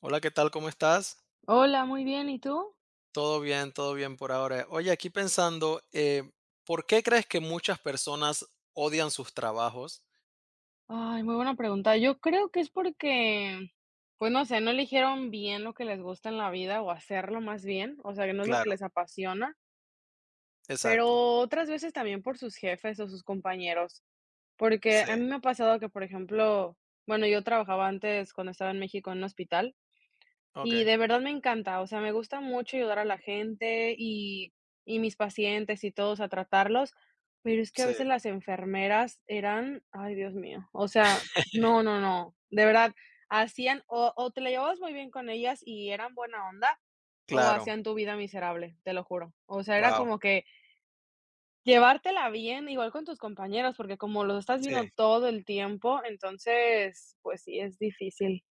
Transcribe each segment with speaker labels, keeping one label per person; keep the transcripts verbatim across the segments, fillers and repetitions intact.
Speaker 1: Hola, ¿qué tal? ¿Cómo estás?
Speaker 2: Hola, muy bien, ¿y tú?
Speaker 1: Todo bien, todo bien por ahora. Oye, aquí pensando, eh, ¿por qué crees que muchas personas odian sus trabajos?
Speaker 2: Ay, muy buena pregunta. Yo creo que es porque, pues no sé, no eligieron bien lo que les gusta en la vida o hacerlo más bien, o sea, que no es lo que
Speaker 1: Claro,
Speaker 2: les apasiona, pero
Speaker 1: exacto.
Speaker 2: otras veces también por sus jefes o sus compañeros, porque
Speaker 1: Sí,
Speaker 2: a mí me ha pasado que, por ejemplo, bueno, yo trabajaba antes cuando estaba en México en un hospital.
Speaker 1: ok,
Speaker 2: Y de verdad me encanta, o sea, me gusta mucho ayudar a la gente y y mis pacientes y todos a tratarlos, pero es que a
Speaker 1: sí,
Speaker 2: veces las enfermeras eran, ay, Dios mío, o sea, no, no, no, de verdad, hacían o o te la llevabas muy bien con ellas y eran buena onda, o
Speaker 1: claro,
Speaker 2: hacían tu vida miserable, te lo juro. O sea, era
Speaker 1: wow,
Speaker 2: como que llevártela bien, igual con tus compañeros, porque como los estás viendo
Speaker 1: sí,
Speaker 2: todo el tiempo, entonces, pues sí, es difícil.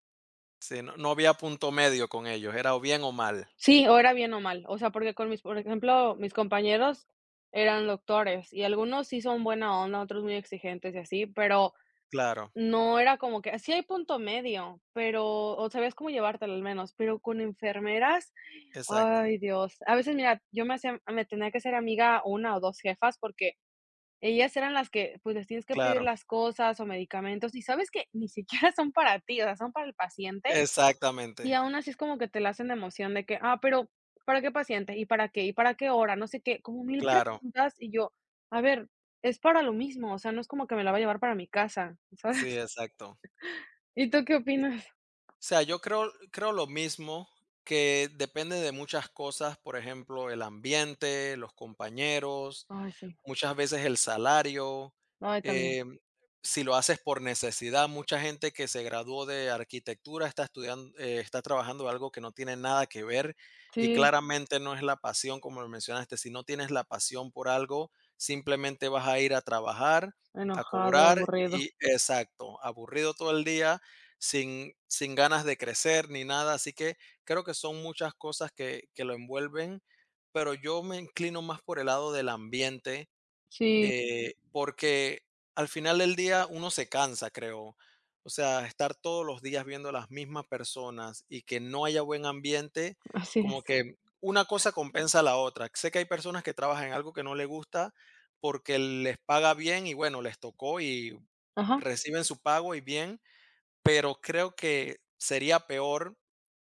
Speaker 1: sí, no, no había punto medio con ellos, era o bien o mal.
Speaker 2: Sí, o era bien o mal. O sea, porque con mis por ejemplo, mis compañeros eran doctores, y algunos sí son buena onda, otros muy exigentes y así, pero
Speaker 1: Claro,
Speaker 2: no era como que sí hay punto medio, pero o sabías cómo llevártelo al menos, pero con enfermeras,
Speaker 1: exacto,
Speaker 2: ay Dios. A veces, mira, yo me hacía me tenía que ser amiga una o dos jefas, porque ellas eran las que, pues, les tienes que pedir
Speaker 1: claro,
Speaker 2: las cosas o medicamentos, y sabes que ni siquiera son para ti, o sea, son para el paciente, y
Speaker 1: exactamente,
Speaker 2: aún así es como que te la hacen de emoción de que: "Ah, pero, ¿para qué paciente? ¿Y para qué? ¿Y para qué hora?", no sé qué, como mil
Speaker 1: claro,
Speaker 2: preguntas, y yo: "A ver, es para lo mismo, o sea, no es como que me la va a llevar para mi casa", ¿sabes?
Speaker 1: sí, exacto.
Speaker 2: ¿Y tú qué opinas?
Speaker 1: O sea, yo creo, creo lo mismo, que depende de muchas cosas, por ejemplo, el ambiente, los compañeros.
Speaker 2: Ay, sí.
Speaker 1: Muchas veces el salario,
Speaker 2: Ay, también.
Speaker 1: em, si lo haces por necesidad, mucha gente que se graduó de arquitectura está estudiando eh, está trabajando algo que no tiene nada que ver y
Speaker 2: Sí,
Speaker 1: claramente no es la pasión, como lo mencionaste. Si no tienes la pasión por algo, simplemente vas a ir a trabajar, a
Speaker 2: enojado y
Speaker 1: cobrar
Speaker 2: aburrido.
Speaker 1: y exacto, aburrido todo el día, sin sin ganas de crecer ni nada. Así que creo que son muchas cosas que que lo envuelven, pero yo me inclino más por el lado del ambiente,
Speaker 2: Sí,
Speaker 1: eh, porque al final del día uno se cansa, creo. O sea, estar todos los días viendo las mismas personas y que no haya buen ambiente,
Speaker 2: así es.
Speaker 1: como que una cosa compensa a la otra. Sé que hay personas que trabajan en algo que no les gusta porque les paga bien y bueno, les tocó y
Speaker 2: Ajá.
Speaker 1: reciben su pago y bien, pero creo que sería peor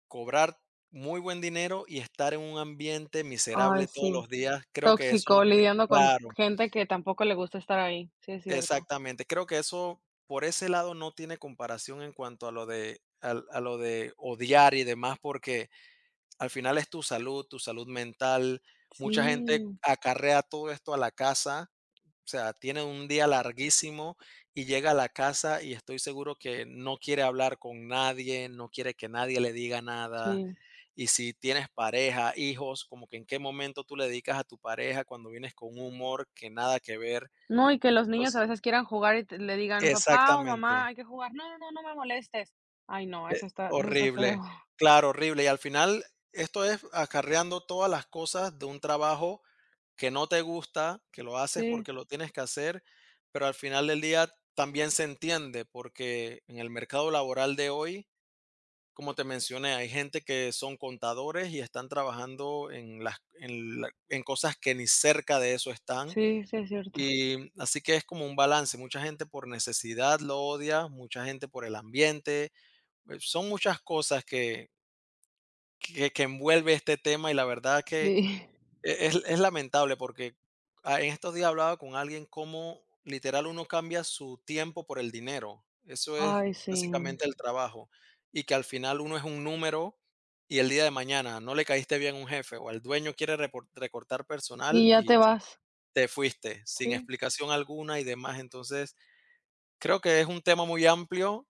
Speaker 1: cobrar muy buen dinero y estar en un ambiente
Speaker 2: Ay,
Speaker 1: miserable todos
Speaker 2: sí.
Speaker 1: los días. Creo que eso no
Speaker 2: Tóxico,
Speaker 1: tiene
Speaker 2: lidiando con
Speaker 1: claro.
Speaker 2: gente que tampoco le gusta estar ahí. Sí, es cierto.
Speaker 1: Exactamente, creo que eso, por ese lado, no tiene comparación en cuanto a lo de al a lo de odiar y demás, porque al final es tu salud, tu salud mental. Mucha gente
Speaker 2: Sí,
Speaker 1: acarrea todo esto a la casa, o sea, tiene un día larguísimo y llega a la casa y estoy seguro que no quiere hablar con nadie, no quiere que nadie le diga nada.
Speaker 2: sí.
Speaker 1: Y si tienes pareja, hijos, como que en qué momento tú le dedicas a tu pareja cuando vienes con un humor que nada que ver.
Speaker 2: No, y que los niños a
Speaker 1: Entonces
Speaker 2: veces quieran jugar y te le digan: "Papá o mamá,
Speaker 1: exactamente.
Speaker 2: hay que jugar". "No, no, no, no me molestes". Ay, no,
Speaker 1: Eh,
Speaker 2: eso está eso está feo.
Speaker 1: horrible. Claro, horrible. Y al final, esto es acarreando todas las cosas de un trabajo que no te gusta, que lo haces
Speaker 2: Sí,
Speaker 1: porque lo tienes que hacer, pero al final del día también se entiende, porque en el mercado laboral de hoy, como te mencioné, hay gente que son contadores y están trabajando en las en la- en cosas que ni cerca de eso están.
Speaker 2: sí, sí es cierto.
Speaker 1: Y así que es como un balance. Mucha gente por necesidad lo odia, mucha gente por el ambiente. eh, Son muchas cosas que, que, que envuelve este tema y la verdad que
Speaker 2: Sí.
Speaker 1: e- es, es lamentable porque ah, en estos días hablaba con alguien cómo literal uno cambia su tiempo por el dinero. Eso es
Speaker 2: Ay, sí.
Speaker 1: básicamente el trabajo y que al final uno es un número y el día de mañana no le caíste bien a un jefe o el dueño quiere repor- recortar personal
Speaker 2: Y ya
Speaker 1: y
Speaker 2: te vas.
Speaker 1: te fuiste sin
Speaker 2: Sí.
Speaker 1: explicación alguna y demás. Entonces creo que es un tema muy amplio,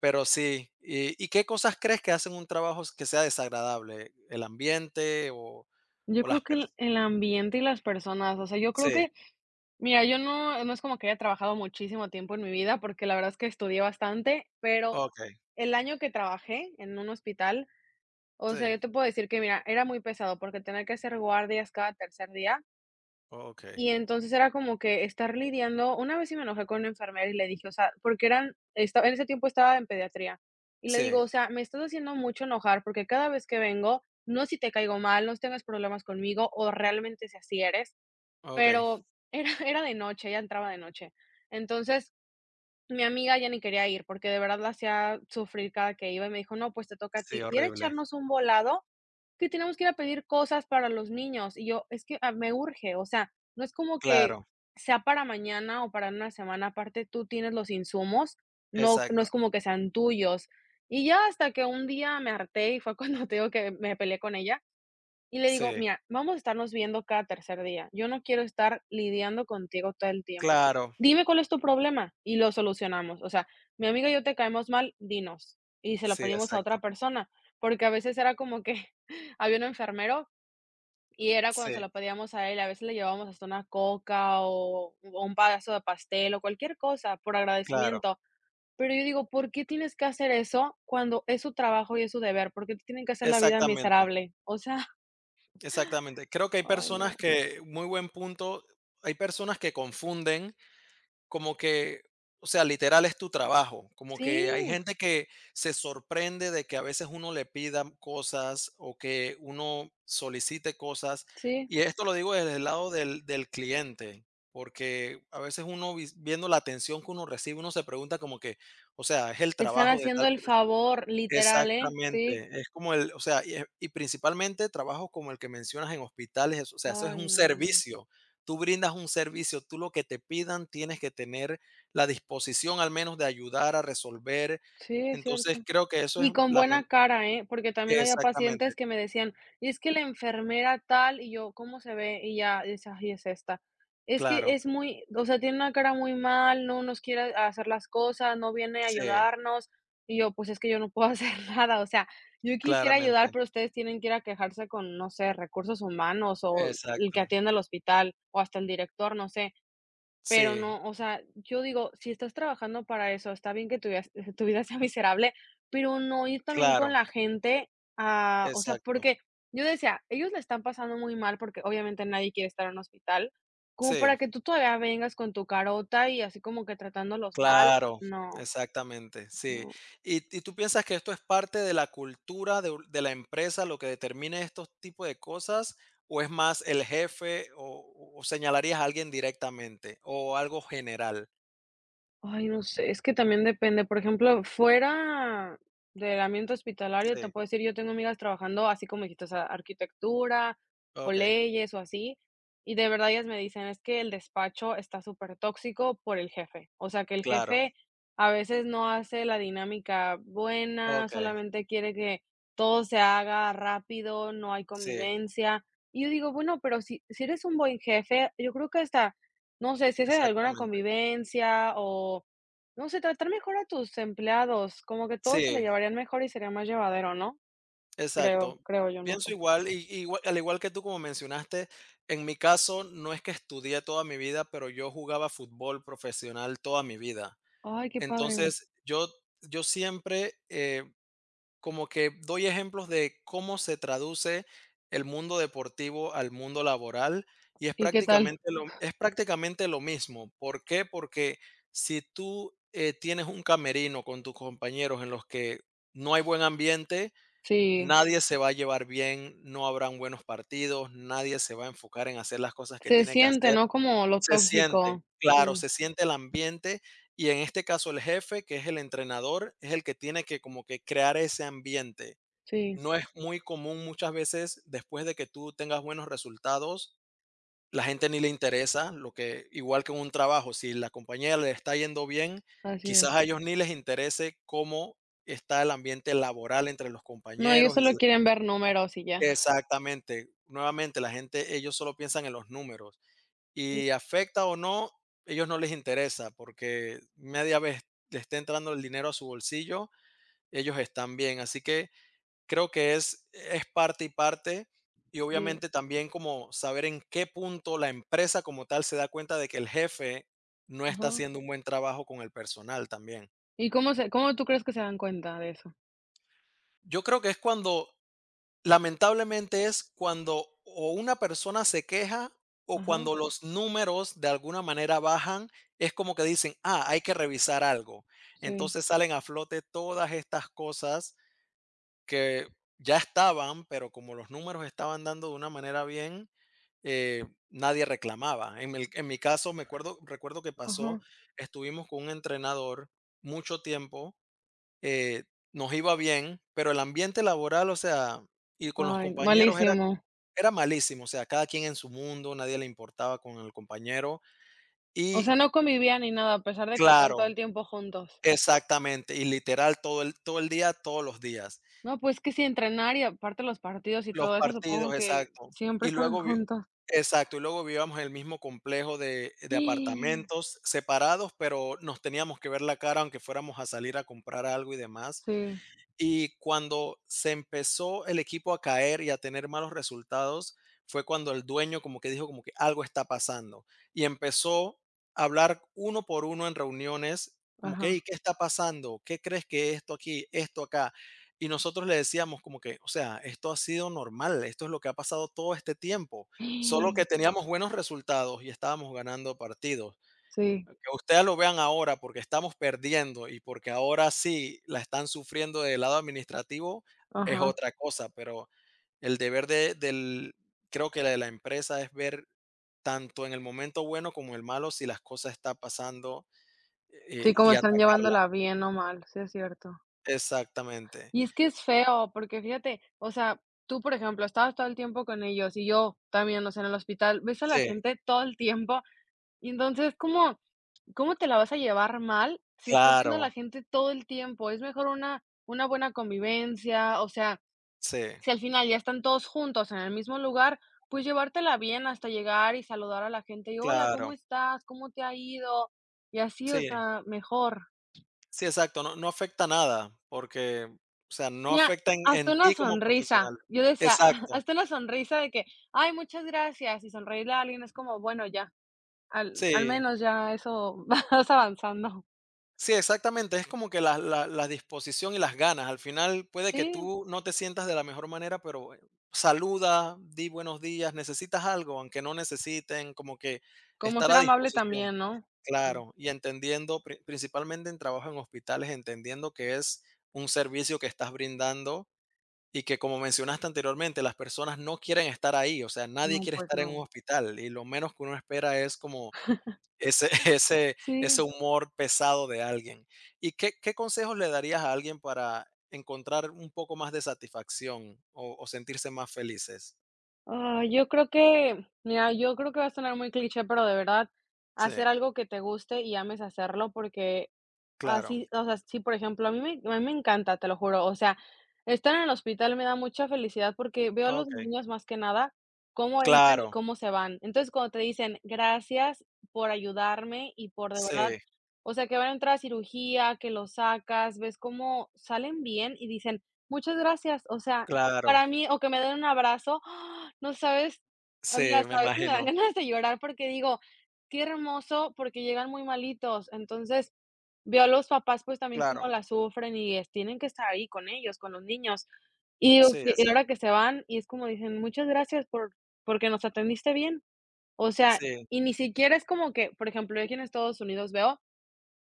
Speaker 1: pero sí. ¿Y, y qué cosas crees que hacen un trabajo que sea desagradable? ¿El ambiente, o,
Speaker 2: Yo
Speaker 1: o las
Speaker 2: creo que el
Speaker 1: personas?
Speaker 2: el ambiente y las personas, o sea, yo creo
Speaker 1: Sí,
Speaker 2: que mira, yo no no es como que haya trabajado muchísimo tiempo en mi vida, porque la verdad es que estudié bastante, pero
Speaker 1: ok,
Speaker 2: el año que trabajé en un hospital, o sea,
Speaker 1: sí,
Speaker 2: yo te puedo decir que, mira, era muy pesado, porque tenía que hacer guardias cada tercer día.
Speaker 1: ok,
Speaker 2: Y entonces era como que estar lidiando una vez sí me enojé con una enfermera y le dije, o sea, porque eran estaba en ese tiempo estaba en pediatría, y le digo:
Speaker 1: sí,
Speaker 2: "O sea, me estás haciendo mucho enojar, porque cada vez que vengo, no si te caigo mal, no es si tengas problemas conmigo, o realmente si así eres",
Speaker 1: ok,
Speaker 2: pero era era de noche, ella entraba de noche. Entonces, mi amiga ya ni quería ir, porque de verdad la hacía sufrir cada que iba, y me dijo: "No, pues te toca a
Speaker 1: sí,
Speaker 2: ti". Y era
Speaker 1: horrible.
Speaker 2: echarnos un volado que tenemos que ir a pedir cosas para los niños. Y yo, es que ah, me urge, o sea, no es como que
Speaker 1: Claro,
Speaker 2: sea para mañana o para una semana, aparte tú tienes los insumos, no, no
Speaker 1: exacto,
Speaker 2: es como que sean tuyos. Y ya hasta que un día me harté y fue cuando te digo que me peleé con ella y le digo:
Speaker 1: sí,
Speaker 2: "Mira, vamos a estarnos viendo cada tercer día. Yo no quiero estar lidiando contigo todo el tiempo.
Speaker 1: claro,
Speaker 2: Dime cuál es tu problema y lo solucionamos. O sea, mi amiga y yo te caemos mal, dinos". Y se lo
Speaker 1: sí,
Speaker 2: pedimos a
Speaker 1: exacto,
Speaker 2: otra persona, porque a veces era como que había un enfermero y era cuando se
Speaker 1: sí,
Speaker 2: lo pedíamos a él, a veces le llevábamos hasta una coca o o un pedazo de pastel o cualquier cosa por
Speaker 1: claro,
Speaker 2: agradecimiento. Pero yo digo: "¿Por qué tienes que hacer eso cuando es su trabajo y es su deber? ¿Por qué te tienen que hacer la vida
Speaker 1: exactamente,
Speaker 2: miserable?". O sea,
Speaker 1: exactamente. Creo que hay
Speaker 2: ay, no.
Speaker 1: personas que, muy buen punto, hay personas que confunden. Como que, o sea, literal es tu trabajo. Como que hay
Speaker 2: Sí,
Speaker 1: gente que se sorprende de que a veces uno le pida cosas o que uno solicite cosas.
Speaker 2: sí,
Speaker 1: Y esto lo digo desde el lado del, del cliente, porque a veces uno vis- viendo la atención que uno recibe, uno se pregunta como que, o sea, es el
Speaker 2: te están
Speaker 1: trabajo de
Speaker 2: haciendo
Speaker 1: tal
Speaker 2: el
Speaker 1: persona.
Speaker 2: favor, literal, ¿eh? Sí.
Speaker 1: Exactamente, es como el o sea, y es y principalmente trabajos como el que mencionas en hospitales, eso, o sea, eso es
Speaker 2: Ay,
Speaker 1: un
Speaker 2: no, no, no.
Speaker 1: servicio. Tú brindas un servicio, tú lo que te pidan tienes que tener la disposición al menos de ayudar a resolver.
Speaker 2: Sí, es cierto.
Speaker 1: Entonces, creo que eso es
Speaker 2: Y con
Speaker 1: lamen
Speaker 2: buena cara, ¿eh? Porque también había
Speaker 1: exactamente,
Speaker 2: pacientes que me decían: y "Es que la enfermera tal", y yo: "¿Cómo se ve?". Y ya, dice: "Ay, es esta". Es que
Speaker 1: claro,
Speaker 2: es muy o sea, tiene una cara muy mal, no nos quiere hacer las cosas, no viene a
Speaker 1: sí,
Speaker 2: ayudarnos. Y yo: "Pues es que yo no puedo hacer nada". O sea, yo quisiera ayudar,
Speaker 1: claramente,
Speaker 2: pero ustedes tienen que ir a quejarse con, no sé, recursos humanos o el que
Speaker 1: exacto,
Speaker 2: atiende el hospital o hasta el director, no sé. Pero
Speaker 1: sí,
Speaker 2: no, o sea, yo digo, si estás trabajando para eso, está bien que tu vida tu vida sea miserable, pero no ir también con
Speaker 1: claro,
Speaker 2: la gente a o sea,
Speaker 1: exacto,
Speaker 2: porque yo decía, ellos le están pasando muy mal, porque obviamente nadie quiere estar en un hospital, como
Speaker 1: sí.
Speaker 2: para que tú todavía vengas con tu carota y así como que tratándolos mal,
Speaker 1: Claro,
Speaker 2: no,
Speaker 1: exactamente, sí.
Speaker 2: no.
Speaker 1: ¿Y y tú piensas que esto es parte de la cultura de u de la empresa lo que determine estos tipos de cosas, o es más el jefe, o o o señalarías a alguien directamente, o algo general?
Speaker 2: Ay, no sé, es que también depende, por ejemplo, fuera del ambiente hospitalario, te
Speaker 1: Sí,
Speaker 2: puedo decir, yo tengo amigas trabajando así como dijiste, o sea, arquitectura o
Speaker 1: okey,
Speaker 2: leyes o así, y de verdad ellas me dicen, es que el despacho está súper tóxico por el jefe, o sea, que el
Speaker 1: claro,
Speaker 2: jefe a veces no hace la dinámica buena,
Speaker 1: okey,
Speaker 2: solamente quiere que todo se haga rápido, no hay
Speaker 1: sí,
Speaker 2: convivencia. Y yo digo, bueno, pero si, si eres un buen jefe, yo creo que hasta no sé, si es en alguna
Speaker 1: exactamente.
Speaker 2: convivencia o, no sé, tratar mejor a tus empleados, como que todos se la
Speaker 1: Sí,
Speaker 2: llevarían mejor y sería más llevadero, ¿no? Creo,
Speaker 1: exacto.
Speaker 2: creo yo, no sé.
Speaker 1: Pienso igual, y igua al igual que tú, como mencionaste, en mi caso, no es que estudié toda mi vida, pero yo jugaba fútbol profesional toda mi vida.
Speaker 2: Ay, qué padre.
Speaker 1: Entonces, yo, yo siempre eh, como que doy ejemplos de cómo se traduce el mundo deportivo al mundo laboral y es
Speaker 2: ¿Y qué tal?
Speaker 1: prácticamente lo, es prácticamente lo mismo. ¿Por qué? Porque si tú eh, tienes un camerino con tus compañeros en los que no hay buen ambiente,
Speaker 2: Sí,
Speaker 1: nadie se va a llevar bien, no habrán buenos partidos, nadie se va a enfocar en hacer las cosas que
Speaker 2: se
Speaker 1: tiene que
Speaker 2: siente,
Speaker 1: hacer.
Speaker 2: ¿no? Como lo
Speaker 1: Se siente,
Speaker 2: tóxico.
Speaker 1: claro,
Speaker 2: Sí,
Speaker 1: se siente el ambiente y en este caso el jefe, que es el entrenador, es el que tiene que como que crear ese ambiente.
Speaker 2: sí,
Speaker 1: No es muy común muchas veces después de que tú tengas buenos resultados, la gente ni le interesa, lo que igual que en un trabajo, si la compañía le está yendo bien,
Speaker 2: así es.
Speaker 1: quizás a ellos ni les interese cómo está el ambiente laboral entre los
Speaker 2: No, ellos
Speaker 1: compañeros y
Speaker 2: solo
Speaker 1: si-
Speaker 2: quieren ver números y ya.
Speaker 1: exactamente. Nuevamente, la gente, ellos solo piensan en los números.
Speaker 2: Sí,
Speaker 1: Y afecta o no, ellos no les interesa porque media vez le esté entrando el dinero a su bolsillo, ellos están bien. Así que creo que es, es parte y parte. Y
Speaker 2: sí,
Speaker 1: obviamente también como saber en qué punto la empresa como tal se da cuenta de que el jefe no está
Speaker 2: ajá.
Speaker 1: haciendo un buen trabajo con el personal también.
Speaker 2: ¿Y cómo se cómo tú crees que se dan cuenta de eso?
Speaker 1: Yo creo que es cuando lamentablemente es cuando o una persona se queja o
Speaker 2: Ajá,
Speaker 1: cuando los números de alguna manera bajan, es como que dicen, ah, hay que revisar algo.
Speaker 2: sí,
Speaker 1: Entonces salen a flote todas estas cosas que ya estaban, pero como los números estaban dando de una manera bien, eh, nadie reclamaba. En, el- en mi caso, me acuerdo, recuerdo que pasó,
Speaker 2: ajá.
Speaker 1: estuvimos con un entrenador mucho tiempo eh, nos iba bien, pero el ambiente laboral, o sea, y con los
Speaker 2: Ay,
Speaker 1: compañeros era como
Speaker 2: malísimo.
Speaker 1: era malísimo, o sea, cada quien en su mundo, nadie le importaba con el compañero
Speaker 2: O sea,
Speaker 1: y
Speaker 2: no convivían ni nada, a pesar de que estaban todo el
Speaker 1: claro,
Speaker 2: tiempo juntos.
Speaker 1: exactamente, y literal todo el todo el día, todos los días.
Speaker 2: No, pues que si entrenar y aparte los partidos y
Speaker 1: Los
Speaker 2: todo eso, supongo
Speaker 1: partidos,
Speaker 2: que
Speaker 1: exacto.
Speaker 2: siempre
Speaker 1: Y
Speaker 2: están
Speaker 1: luego vi
Speaker 2: juntos.
Speaker 1: Exacto, y luego vivíamos en el mismo complejo de de apartamentos separados, pero nos teníamos que ver la cara, aunque fuéramos a salir a comprar algo y demás.
Speaker 2: Sí,
Speaker 1: Y cuando se empezó el equipo a caer y a tener malos resultados, fue cuando el dueño como que dijo como que algo está pasando y empezó a hablar uno por uno en reuniones, como que,
Speaker 2: ajá.
Speaker 1: "Hey, ¿qué está pasando? ¿Qué crees que esto aquí, esto acá?" Y nosotros le decíamos como que, o sea, esto ha sido normal, esto es lo que ha pasado todo este tiempo, solo que teníamos buenos resultados y estábamos ganando partidos,
Speaker 2: Sí,
Speaker 1: que ustedes lo vean ahora porque estamos perdiendo y porque ahora sí la están sufriendo del lado administrativo es
Speaker 2: ajá.
Speaker 1: otra cosa, pero el deber de, del, creo que la de la empresa es ver tanto en el momento bueno como el malo si las cosas están pasando
Speaker 2: Sí,
Speaker 1: eh,
Speaker 2: como
Speaker 1: y
Speaker 2: están
Speaker 1: atacarla.
Speaker 2: llevándola bien o mal, sí es cierto.
Speaker 1: Exactamente.
Speaker 2: Y es que es feo, porque fíjate, o sea, tú, por ejemplo, estabas todo el tiempo con ellos y yo también, o sea, en el hospital, ves a la
Speaker 1: Sí,
Speaker 2: gente todo el tiempo y entonces, ¿cómo cómo te la vas a llevar mal si estás viendo a la
Speaker 1: claro,
Speaker 2: gente todo el tiempo? Es mejor una una buena convivencia, o sea,
Speaker 1: sí,
Speaker 2: si al final ya están todos juntos en el mismo lugar, pues llevártela bien hasta llegar y saludar a la gente y: "Hola, ¿cómo
Speaker 1: claro,
Speaker 2: estás? ¿Cómo te ha ido?". Y así, o
Speaker 1: sí,
Speaker 2: sea, mejor.
Speaker 1: sí, exacto. No, no afecta nada porque, o sea, no
Speaker 2: Mira,
Speaker 1: afecta en,
Speaker 2: hasta
Speaker 1: en
Speaker 2: una
Speaker 1: ti como
Speaker 2: sonrisa.
Speaker 1: profesional.
Speaker 2: Yo decía,
Speaker 1: Exacto,
Speaker 2: hasta una sonrisa de que: "Ay, muchas gracias", y sonreírle a alguien es como, bueno, ya, al al
Speaker 1: sí.
Speaker 2: menos ya eso vas avanzando.
Speaker 1: Sí, exactamente. Es como que la, la- la disposición y las ganas. Al final puede que
Speaker 2: Sí,
Speaker 1: tú no te sientas de la mejor manera, pero eh, saluda, di buenos días, necesitas algo, aunque no necesiten, como que
Speaker 2: como
Speaker 1: estar
Speaker 2: ser
Speaker 1: a
Speaker 2: amable
Speaker 1: disposición,
Speaker 2: también, ¿no? Sí.
Speaker 1: claro, y entendiendo, pri- principalmente en trabajo en hospitales, entendiendo que es un servicio que estás brindando y que como mencionaste anteriormente, las personas no quieren estar ahí, o sea, nadie
Speaker 2: No,
Speaker 1: quiere
Speaker 2: pues
Speaker 1: estar en un
Speaker 2: no.
Speaker 1: hospital y lo menos que uno espera es como ese ese ese
Speaker 2: Sí.
Speaker 1: humor pesado de alguien. ¿Y qué qué consejos le darías a alguien para encontrar un poco más de satisfacción o o sentirse más felices?
Speaker 2: Ah, yo creo que, mira, yo creo que va a sonar muy cliché, pero de verdad,
Speaker 1: Sí,
Speaker 2: hacer algo que te guste y ames hacerlo, porque
Speaker 1: claro.
Speaker 2: así, o sea, sí, por ejemplo, a mí me a mí me encanta, te lo juro. O sea, estar en el hospital me da mucha felicidad porque veo a los
Speaker 1: Okey.
Speaker 2: niños más que nada cómo entran y
Speaker 1: Claro,
Speaker 2: cómo se van. Entonces, cuando te dicen: "Gracias por ayudarme y por de verdad",
Speaker 1: sí,
Speaker 2: o sea, que van a entrar a cirugía, que los sacas, ves cómo salen bien y dicen: "Muchas gracias". O sea,
Speaker 1: claro.
Speaker 2: para mí o que me den un abrazo, ¡ah! No sabes, amiga,
Speaker 1: Sí, me
Speaker 2: hasta a veces me dan
Speaker 1: imagino.
Speaker 2: ganas de llorar porque digo: "Qué hermoso", porque llegan muy malitos. Entonces, veo a los papás, pues, también cómo
Speaker 1: Claro.
Speaker 2: la sufren y, es tienen que estar ahí con ellos, con los niños. Y digo
Speaker 1: Sí,
Speaker 2: que y ahora
Speaker 1: exacto.
Speaker 2: que se van, y es como dicen: "Muchas gracias por porque nos atendiste bien". O sea,
Speaker 1: Sí.
Speaker 2: y ni siquiera es como que, por ejemplo, yo aquí en Estados Unidos veo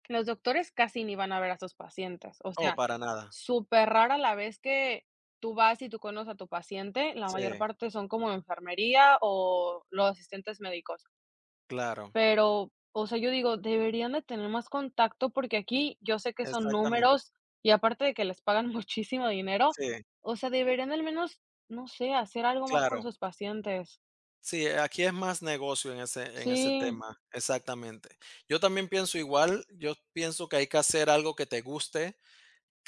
Speaker 2: que los doctores casi ni van a ver a sus pacientes. O
Speaker 1: Oh,
Speaker 2: sea,
Speaker 1: para nada.
Speaker 2: súper rara la vez que tú vas y tú conoces a tu paciente, la mayor
Speaker 1: Sí,
Speaker 2: parte son como enfermería o los asistentes médicos.
Speaker 1: claro.
Speaker 2: Pero, o sea, yo digo, deberían de tener más contacto, porque aquí yo sé que son
Speaker 1: Exactamente.
Speaker 2: números y aparte de que les pagan muchísimo dinero,
Speaker 1: Sí,
Speaker 2: o sea, deberían al menos, no sé, hacer algo más por
Speaker 1: claro.
Speaker 2: sus pacientes.
Speaker 1: Sí, eh, aquí es más negocio en ese en ese
Speaker 2: Sí,
Speaker 1: tema, exactamente. Yo también pienso igual, yo pienso que hay que hacer algo que te guste.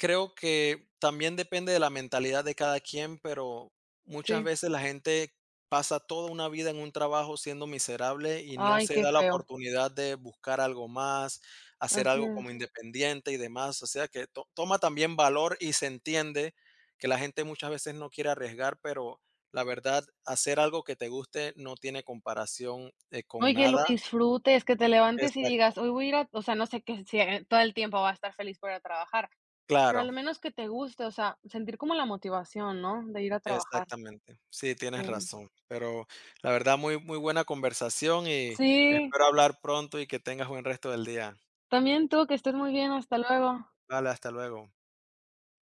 Speaker 1: Creo que también depende de la mentalidad de cada quien, pero muchas
Speaker 2: sí.
Speaker 1: veces la gente pasa toda una vida en un trabajo siendo miserable y no
Speaker 2: Ay,
Speaker 1: se
Speaker 2: qué
Speaker 1: da la
Speaker 2: feo.
Speaker 1: oportunidad de buscar algo más, hacer
Speaker 2: Así
Speaker 1: algo como
Speaker 2: es.
Speaker 1: independiente y demás. O sea que to- toma también valor y se entiende que la gente muchas veces no quiere arriesgar, pero la verdad, hacer algo que te guste no tiene comparación eh,
Speaker 2: No,
Speaker 1: con
Speaker 2: y que lo
Speaker 1: nada.
Speaker 2: disfrutes, que te levantes y digas:
Speaker 1: Exacto.
Speaker 2: "Hoy voy a ir a", o sea, no sé que si, eh, todo el tiempo va a estar feliz por ir a trabajar, pero
Speaker 1: Claro.
Speaker 2: al menos que te guste, o sea, sentir como la motivación, ¿no?, de ir a trabajar.
Speaker 1: Exactamente. Sí,
Speaker 2: Sí.
Speaker 1: tienes razón. Pero la verdad, muy, muy buena conversación y
Speaker 2: Sí,
Speaker 1: espero hablar pronto y que tengas buen resto del día.
Speaker 2: también tú, que estés muy bien, hasta luego.
Speaker 1: Vale, hasta luego.